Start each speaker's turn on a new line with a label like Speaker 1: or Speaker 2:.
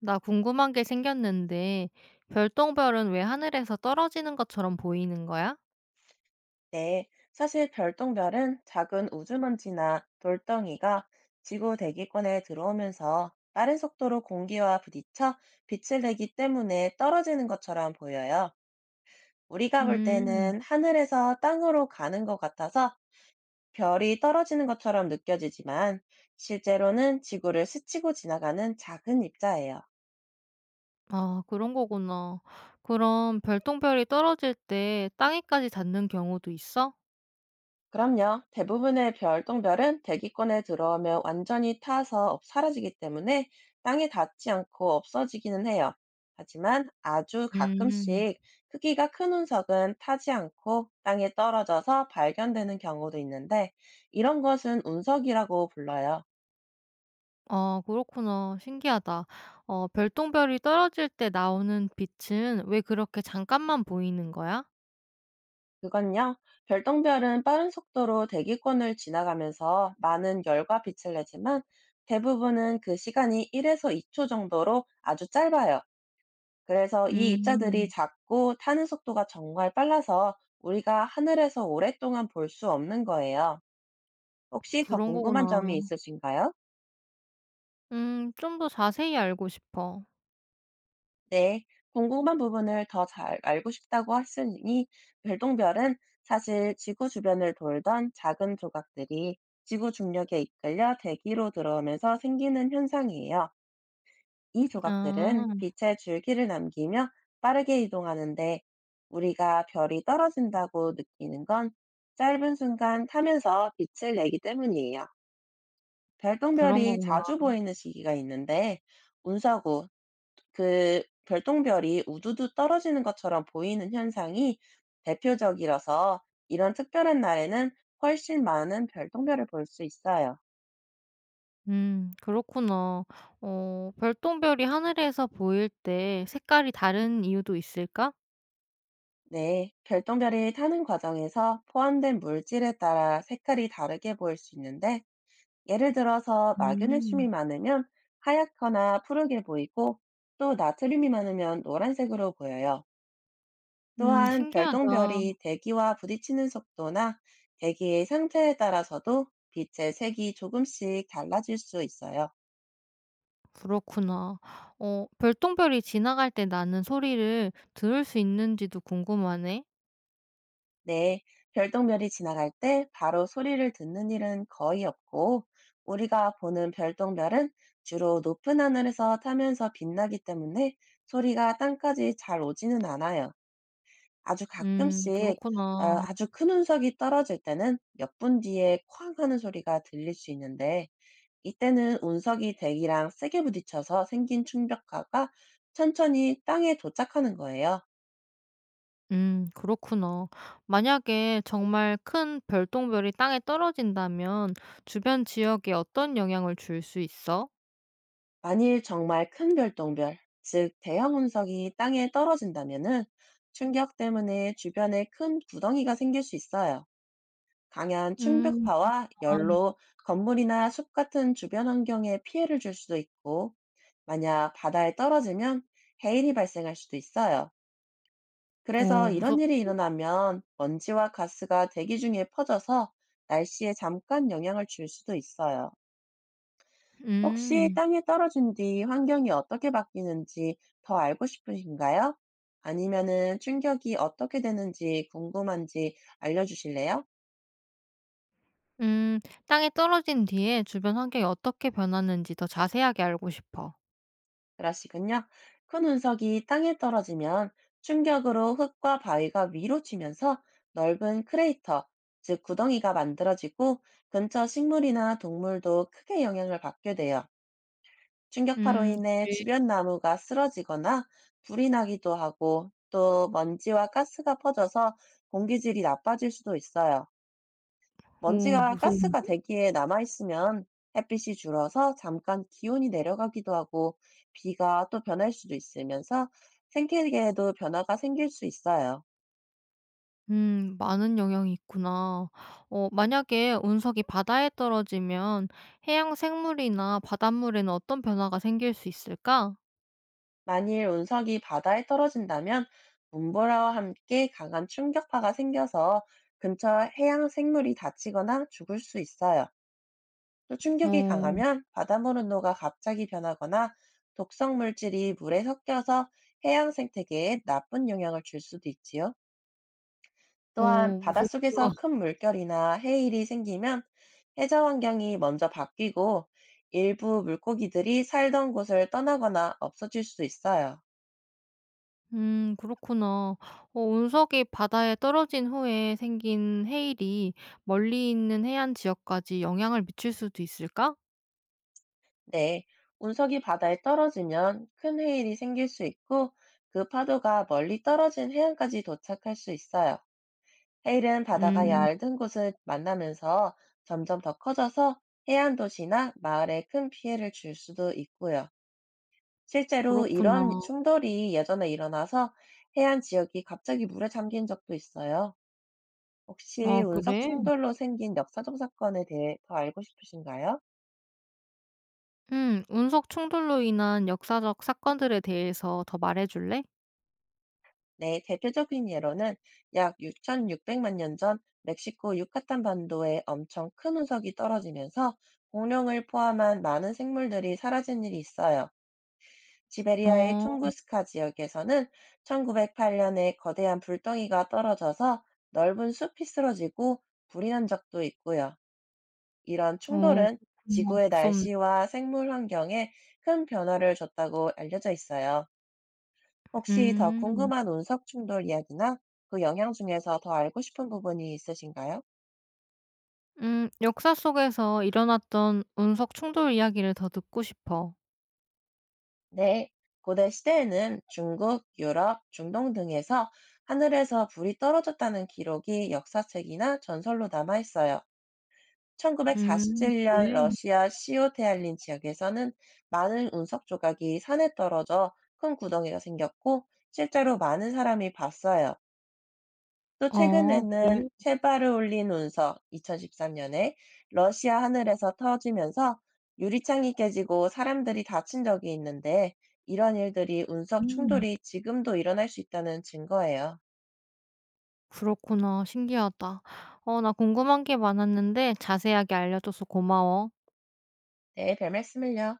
Speaker 1: 나 궁금한 게 생겼는데, 별똥별은 왜 하늘에서 떨어지는 것처럼 보이는 거야?
Speaker 2: 네, 사실 별똥별은 작은 우주먼지나 돌덩이가 지구 대기권에 들어오면서 빠른 속도로 공기와 부딪혀 빛을 내기 때문에 떨어지는 것처럼 보여요. 우리가 볼
Speaker 1: 음,
Speaker 2: 때는 하늘에서 땅으로 가는 것 같아서 별이 떨어지는 것처럼 느껴지지만 실제로는 지구를 스치고 지나가는 작은 입자예요.
Speaker 1: 아, 그런 거구나. 그럼 별똥별이 떨어질 때 땅에까지 닿는 경우도 있어?
Speaker 2: 그럼요. 대부분의 별똥별은 대기권에 들어오면 완전히 타서 사라지기 때문에 땅에 닿지 않고 없어지기는 해요. 하지만 아주
Speaker 1: 음,
Speaker 2: 가끔씩 크기가 큰 운석은 타지 않고 땅에 떨어져서 발견되는 경우도 있는데, 이런 것은 운석이라고 불러요.
Speaker 1: 아, 그렇구나. 신기하다. 어, 별똥별이 떨어질 때 나오는 빛은 왜 그렇게 잠깐만 보이는 거야?
Speaker 2: 그건요, 별똥별은 빠른 속도로 대기권을 지나가면서 많은 열과 빛을 내지만, 대부분은 그 시간이 1에서 2초 정도로 아주 짧아요. 그래서 이 입자들이
Speaker 1: 음,
Speaker 2: 작고 타는 속도가 정말 빨라서 우리가 하늘에서 오랫동안 볼 수 없는 거예요. 혹시 더
Speaker 1: 그런
Speaker 2: 궁금한
Speaker 1: 거구나.
Speaker 2: 점이 있으신가요?
Speaker 1: 좀 더 자세히 알고 싶어.
Speaker 2: 네, 궁금한 부분을 더 잘 알고 싶다고 하시니, 별똥별은 사실 지구 주변을 돌던 작은 조각들이 지구 중력에 이끌려 대기로 들어오면서 생기는 현상이에요. 이
Speaker 1: 아,
Speaker 2: 조각들은 빛의 줄기를 남기며 빠르게 이동하는데, 우리가 별이 떨어진다고 느끼는 건 짧은 순간 타면서 빛을 내기 때문이에요.
Speaker 1: 그런
Speaker 2: 별똥별이
Speaker 1: 거구나.
Speaker 2: 자주 보이는 시기가 있는데, 운사구, 그 별똥별이 우두두 떨어지는 것처럼 보이는 현상이 대표적이라서, 이런 특별한 날에는 훨씬 많은 별똥별을 볼 수 있어요.
Speaker 1: 음, 그렇구나. 어, 별똥별이 하늘에서 보일 때 색깔이 다른 이유도 있을까?
Speaker 2: 네, 별똥별이 타는 과정에서 포함된 물질에 따라 색깔이 다르게 보일 수 있는데, 예를 들어서 마그네슘이
Speaker 1: 음.
Speaker 2: 많으면 하얗거나 푸르게 보이고, 또 나트륨이 많으면 노란색으로 보여요.
Speaker 1: 음,
Speaker 2: 또한
Speaker 1: 신기하다.
Speaker 2: 별똥별이 대기와 부딪히는 속도나 대기의 상태에 따라서도 빛의 색이 조금씩 달라질 수 있어요.
Speaker 1: 그렇구나. 어, 별똥별이 지나갈 때 나는 소리를 들을 수 있는지도 궁금하네.
Speaker 2: 네, 별똥별이 지나갈 때 바로 소리를 듣는 일은 거의 없고, 우리가 보는 별똥별은 주로 높은 하늘에서 타면서 빛나기 때문에 소리가 땅까지 잘 오지는 않아요. 아주
Speaker 1: 음,
Speaker 2: 가끔씩
Speaker 1: 그렇구나.
Speaker 2: 아주 큰 운석이 떨어질 때는 몇 분 뒤에 쾅 하는 소리가 들릴 수 있는데, 이때는 운석이 대기랑 세게 부딪혀서 생긴 충격파가 천천히 땅에 도착하는 거예요.
Speaker 1: 음, 그렇구나. 만약에 정말 큰 별똥별이 땅에 떨어진다면 주변 지역에 어떤 영향을 줄 수 있어?
Speaker 2: 만일 정말 큰 별똥별, 즉 대형 운석이 땅에 떨어진다면은 충격 때문에 주변에 큰 구덩이가 생길 수 있어요. 강한
Speaker 1: 음.
Speaker 2: 충격파와
Speaker 1: 아.
Speaker 2: 열로 건물이나 숲 같은 주변 환경에 피해를 줄 수도 있고, 만약 바다에 떨어지면 해일이 발생할 수도 있어요. 그래서
Speaker 1: 오,
Speaker 2: 이런
Speaker 1: 무섭다.
Speaker 2: 일이 일어나면 먼지와 가스가 대기 중에 퍼져서 날씨에 잠깐 영향을 줄 수도 있어요. 혹시
Speaker 1: 음.
Speaker 2: 땅에 떨어진 뒤 환경이 어떻게 바뀌는지 더 알고 싶으신가요? 아니면은 충격이 어떻게 되는지 궁금한지 알려주실래요?
Speaker 1: 음. 땅에 떨어진 뒤에 주변 환경이 어떻게 변하는지 더 자세하게 알고 싶어.
Speaker 2: 그러시군요. 큰 운석이 땅에 떨어지면 충격으로 흙과 바위가 위로 치면서 넓은 크레이터, 즉 구덩이가 만들어지고 근처 식물이나 동물도 크게 영향을 받게 돼요. 충격파로
Speaker 1: 음,
Speaker 2: 인해
Speaker 1: 그래?
Speaker 2: 주변 나무가 쓰러지거나 불이 나기도 하고, 또 먼지와 가스가 퍼져서 공기질이 나빠질 수도 있어요.
Speaker 1: 오,
Speaker 2: 먼지가 가스가
Speaker 1: 무서운데?
Speaker 2: 대기에 남아있으면 햇빛이 줄어서 잠깐 기온이 내려가기도 하고, 비가 또 변할 수도 있으면서 생태계에도 변화가 생길 수 있어요.
Speaker 1: 음, 많은 영향이 있구나. 어, 만약에 운석이 바다에 떨어지면 해양 생물이나 바닷물에는 어떤 변화가 생길 수 있을까?
Speaker 2: 만일 운석이 바다에 떨어진다면 문보라와 함께 강한 충격파가 생겨서 근처 해양 생물이 다치거나 죽을 수 있어요. 또 충격이
Speaker 1: 어.
Speaker 2: 강하면 바닷물 온도가 갑자기 변하거나 독성 물질이 물에 섞여서 해양 생태계에 나쁜 영향을 줄 수도 있지요. 또한
Speaker 1: 어, 무섭다.
Speaker 2: 바닷속에서 큰 물결이나 해일이 생기면 해저 환경이 먼저 바뀌고 일부 물고기들이 살던 곳을 떠나거나 없어질 수 있어요.
Speaker 1: 음, 그렇구나. 어, 운석이 바다에 떨어진 후에 생긴 해일이 멀리 있는 해안 지역까지 영향을 미칠 수도 있을까?
Speaker 2: 네, 운석이 바다에 떨어지면 큰 해일이 생길 수 있고, 그 파도가 멀리 떨어진 해안까지 도착할 수 있어요. 헤일은 바다가
Speaker 1: 음.
Speaker 2: 얇은 곳을 만나면서 점점 더 커져서 해안 도시나 마을에 큰 피해를 줄 수도 있고요. 실제로
Speaker 1: 그렇구나.
Speaker 2: 이런 충돌이 예전에 일어나서 해안 지역이 갑자기 물에 잠긴 적도 있어요. 혹시
Speaker 1: 아,
Speaker 2: 운석
Speaker 1: 그래?
Speaker 2: 충돌로 생긴 역사적 사건에 대해 더 알고 싶으신가요?
Speaker 1: 음. 운석 충돌로 인한 역사적 사건들에 대해서 더 말해 줄래?
Speaker 2: 네, 대표적인 예로는 약 6,600만 년 전 멕시코 유카탄 반도에 엄청 큰 운석이 떨어지면서 공룡을 포함한 많은 생물들이 사라진 일이 있어요. 시베리아의
Speaker 1: 어.
Speaker 2: 퉁구스카 지역에서는 1908년에 거대한 불덩이가 떨어져서 넓은 숲이 쓰러지고 불이 난 적도 있고요. 이런
Speaker 1: 어,
Speaker 2: 충돌은
Speaker 1: 그렇구나.
Speaker 2: 지구의
Speaker 1: 무섭네.
Speaker 2: 날씨와 생물 환경에 큰 변화를 줬다고 알려져 있어요. 혹시 더
Speaker 1: 음.
Speaker 2: 궁금한 운석 충돌 이야기나 그 영향 중에서 더 알고 싶은 부분이 있으신가요?
Speaker 1: 음. 역사 속에서 일어났던 운석 충돌 이야기를 더 듣고 싶어.
Speaker 2: 네. 고대 시대에는 중국, 유럽, 중동 등에서 하늘에서 불이 떨어졌다는 기록이 역사책이나 전설로 남아 있어요.
Speaker 1: 음,
Speaker 2: 1947년
Speaker 1: 그래?
Speaker 2: 러시아 시오테알린 지역에서는 많은 운석 조각이 산에 떨어져 큰 구덩이가 생겼고 실제로 많은 사람이 봤어요. 또
Speaker 1: 어,
Speaker 2: 최근에는
Speaker 1: 그래?
Speaker 2: 체바르올린 운석 2013년에 러시아 하늘에서 터지면서 유리창이 깨지고 사람들이 다친 적이 있는데, 이런 일들이 운석
Speaker 1: 음.
Speaker 2: 충돌이 지금도 일어날 수 있다는 증거예요.
Speaker 1: 그렇구나. 신기하다. 어, 나 궁금한 게 많았는데 자세하게 알려 줘서 고마워.
Speaker 2: 네, 별 말씀을요.